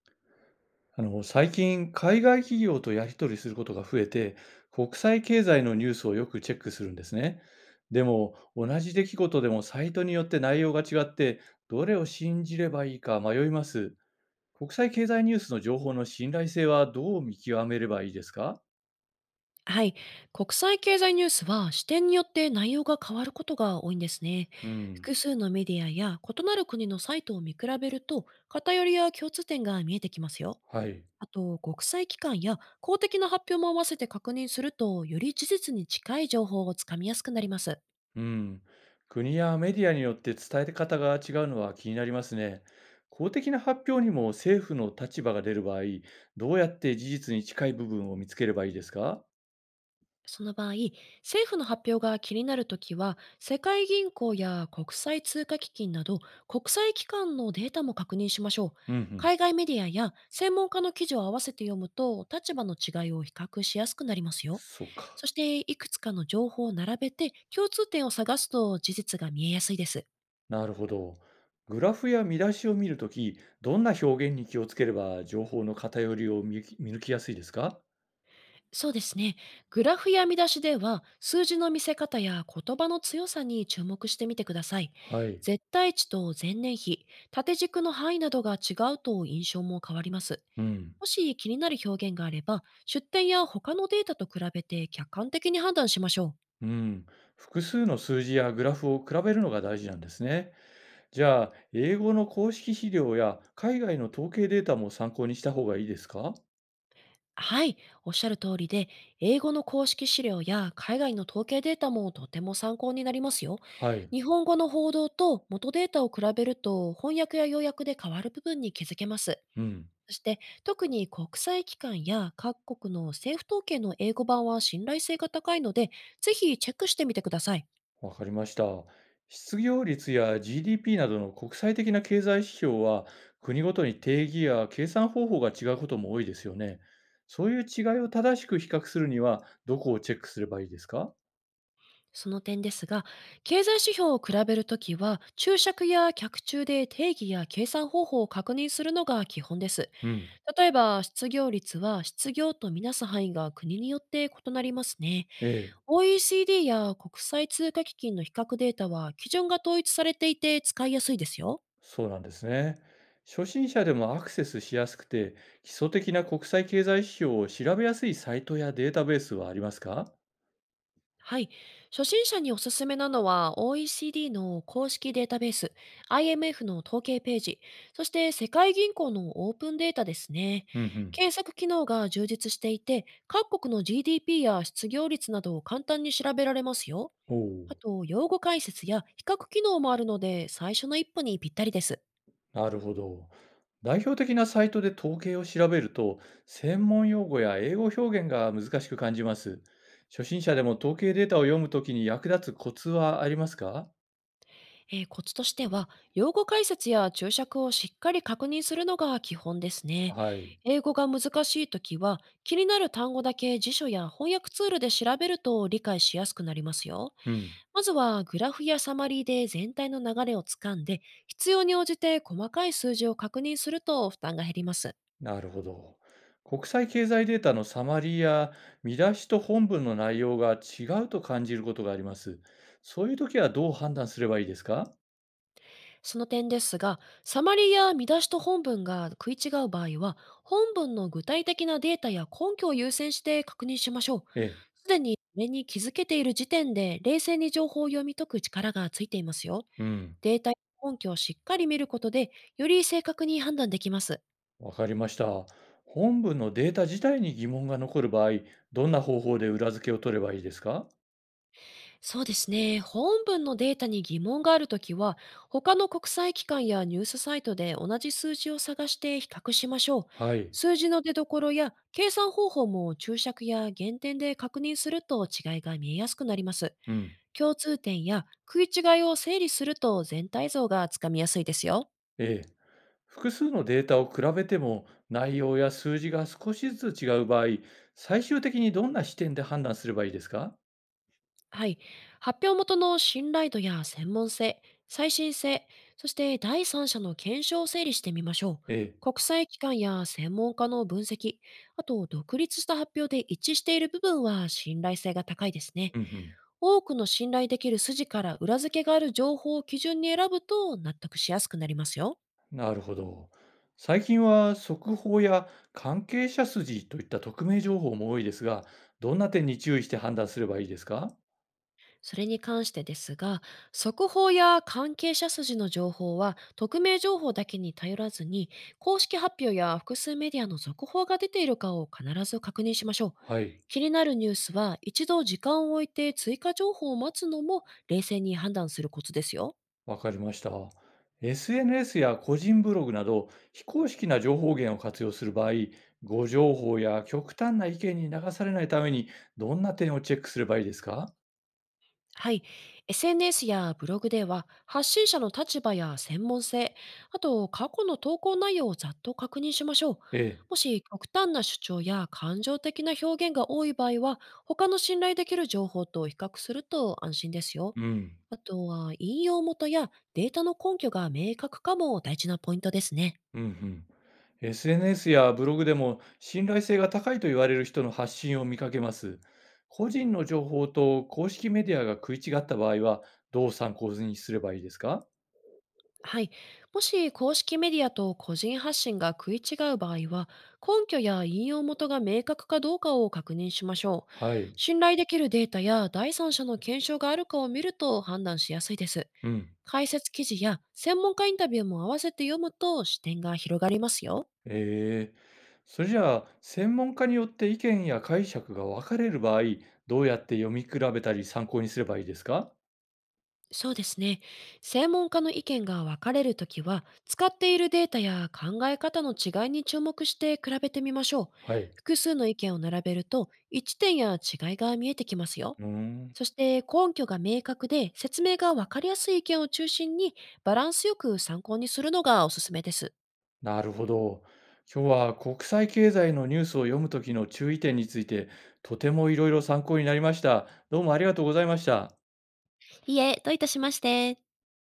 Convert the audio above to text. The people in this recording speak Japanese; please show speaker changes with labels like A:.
A: 最近、海外企業とやり取りすることが増えて、国際経済のニュースをよくチェックするんですね。でも、同じ出来事でもサイトによって内容が違って、どれを信じればいいか迷います。国際経済ニュースの情報の信頼性はどう見極めればいいですか？
B: はい。国際経済ニュースは視点によって内容が変わることが多いんですね。
A: うん。
B: 複数のメディアや異なる国のサイトを見比べると、偏りや共通点が見えてきますよ。
A: はい。
B: あと、国際機関や公的な発表も合わせて確認すると、より事実に近い情報をつかみやすくなります。
A: うん、国やメディアによって伝え方が違うのは気になりますね。公的な発表にも政府の立場が出る場合、どうやって事実に近い部分を見つければいいですか？
B: その場合、政府の発表が気になるときは、世界銀行や国際通貨基金など、国際機関のデータも確認しましょう。
A: うんうん。
B: 海外メディアや専門家の記事を合わせて読むと、立場の違いを比較しやすくなりますよ。
A: そうか。
B: そして、いくつかの情報を並べて、共通点を探すと事実が見えやすいです。
A: なるほど。グラフや見出しを見るとき、どんな表現に気をつければ情報の偏りを見抜きやすいですか？
B: そうですね。グラフや見出しでは、数字の見せ方や言葉の強さに注目してみてください。
A: はい。
B: 絶対値と前年比、縦軸の範囲などが違うと、印象も変わります。
A: うん。
B: もし気になる表現があれば、出典や他のデータと比べて客観的に判断しましょう。
A: うん。複数の数字やグラフを比べるのが大事なんですね。じゃあ、英語の公式資料や海外の統計データも参考にした方がいいですか？
B: はい、おっしゃる通りで、英語の公式資料や海外の統計データもとても参考になりますよ。
A: はい。
B: 日本語の報道と元データを比べると、翻訳や要約で変わる部分に気づけます。
A: うん、
B: そして、特に国際機関や各国の政府統計の英語版は信頼性が高いので、ぜひチェックしてみてください。
A: わかりました。失業率や GDP などの国際的な経済指標は、国ごとに定義や計算方法が違うことも多いですよね。そういう違いを正しく比較するには、どこをチェックすればいいですか？
B: その点ですが、経済指標を比べるときは、注釈や客注で定義や計算方法を確認するのが基本です。
A: うん。
B: 例えば、失業率は失業とみなす範囲が国によって異なりますね。
A: ええ、
B: OECD や国際通貨基金の比較データは基準が統一されていて、使いやすいですよ。
A: そうなんですね。初心者でもアクセスしやすくて、基礎的な国際経済指標を調べやすいサイトやデータベースはありますか？
B: はい。初心者におすすめなのは、 OECD の公式データベース、IMF の統計ページ、そして世界銀行のオープンデータですね。
A: うんうん。
B: 検索機能が充実していて、各国の GDP や失業率などを簡単に調べられますよ。
A: お
B: あ
A: お、
B: と、用語解説や比較機能もあるので、最初の一歩にぴったりです。
A: なるほど。代表的なサイトで統計を調べると、専門用語や英語表現が難しく感じます。初心者でも統計データを読むときに役立つコツはありますか？
B: コツとしては、用語解説や注釈をしっかり確認するのが基本ですね。
A: はい。
B: 英語が難しいときは、気になる単語だけ辞書や翻訳ツールで調べると理解しやすくなりますよ。
A: うん。
B: まずは、グラフやサマリーで全体の流れをつかんで、必要に応じて細かい数字を確認すると負担が減ります。
A: なるほど。国際経済データのサマリーや見出しと本文の内容が違うと感じることがあります。そういうときはどう判断すればいいですか？
B: その点ですが、サマリや見出しと本文が食い違う場合は、本文の具体的なデータや根拠を優先して確認しましょう。
A: ええ。
B: すでに目に気づけている時点で、冷静に情報を読み解く力がついていますよ。
A: うん。
B: データや根拠をしっかり見ることで、より正確に判断できます。
A: わかりました。本文のデータ自体に疑問が残る場合、どんな方法で裏付けを取ればいいですか？
B: そうですね。本文のデータに疑問があるときは、他の国際機関やニュースサイトで同じ数字を探して比較しましょう。
A: はい。
B: 数字の出所や計算方法も注釈や減点で確認すると、違いが見えやすくなります。
A: うん。
B: 共通点や食い違いを整理すると、全体像がつかみやすいですよ。
A: ええ。複数のデータを比べても内容や数字が少しずつ違う場合、最終的にどんな視点で判断すればいいですか？
B: はい。発表元の信頼度や専門性、最新性、そして第三者の検証を整理してみましょう。
A: ええ。
B: 国際機関や専門家の分析、あと独立した発表で一致している部分は、信頼性が高いですね。
A: うんうん。
B: 多くの信頼できる筋から裏付けがある情報を基準に選ぶと、納得しやすくなりますよ。
A: なるほど。最近は速報や関係者筋といった匿名情報も多いですが、どんな点に注意して判断すればいいですか？
B: それに関してですが、速報や関係者筋の情報は、匿名情報だけに頼らずに、公式発表や複数メディアの続報が出ているかを必ず確認しましょう。
A: はい。
B: 気になるニュースは、一度時間を置いて追加情報を待つのも、冷静に判断するコツですよ。
A: わかりました。SNS や個人ブログなど非公式な情報源を活用する場合、誤情報や極端な意見に流されないためにどんな点をチェックすればいいですか？
B: はい。SNS やブログでは、発信者の立場や専門性、あと過去の投稿内容をざっと確認しましょう。
A: ええ。
B: もし極端な主張や感情的な表現が多い場合は、他の信頼できる情報と比較すると安心ですよ。
A: うん。
B: あとは、引用元やデータの根拠が明確かも大事なポイントですね。
A: うんうん。SNS やブログでも信頼性が高いと言われる人の発信を見かけます。個人の情報と公式メディアが食い違った場合はどう参考にすればいいですか？
B: はい。もし公式メディアと個人発信が食い違う場合は、根拠や引用元が明確かどうかを確認しましょう。
A: はい。
B: 信頼できるデータや第三者の検証があるかを見ると判断しやすいです。
A: うん。
B: 解説記事や専門家インタビューも合わせて読むと、視点が広がりますよ。
A: ええ。それじゃあ、専門家によって意見や解釈が分かれる場合、どうやって読み比べたり参考にすればいいですか？
B: そうですね。専門家の意見が分かれるときは、使っているデータや考え方の違いに注目して比べてみましょう。
A: はい。
B: 複数の意見を並べると、一点や違いが見えてきますよ。
A: うーん、
B: そして根拠が明確で説明が分かりやすい意見を中心に、バランスよく参考にするのがおすすめです。
A: なるほど。今日は国際経済のニュースを読むときの注意点について、とてもいろいろ参考になりました。どうもありがとうございました。
B: いえ、どういたしまして。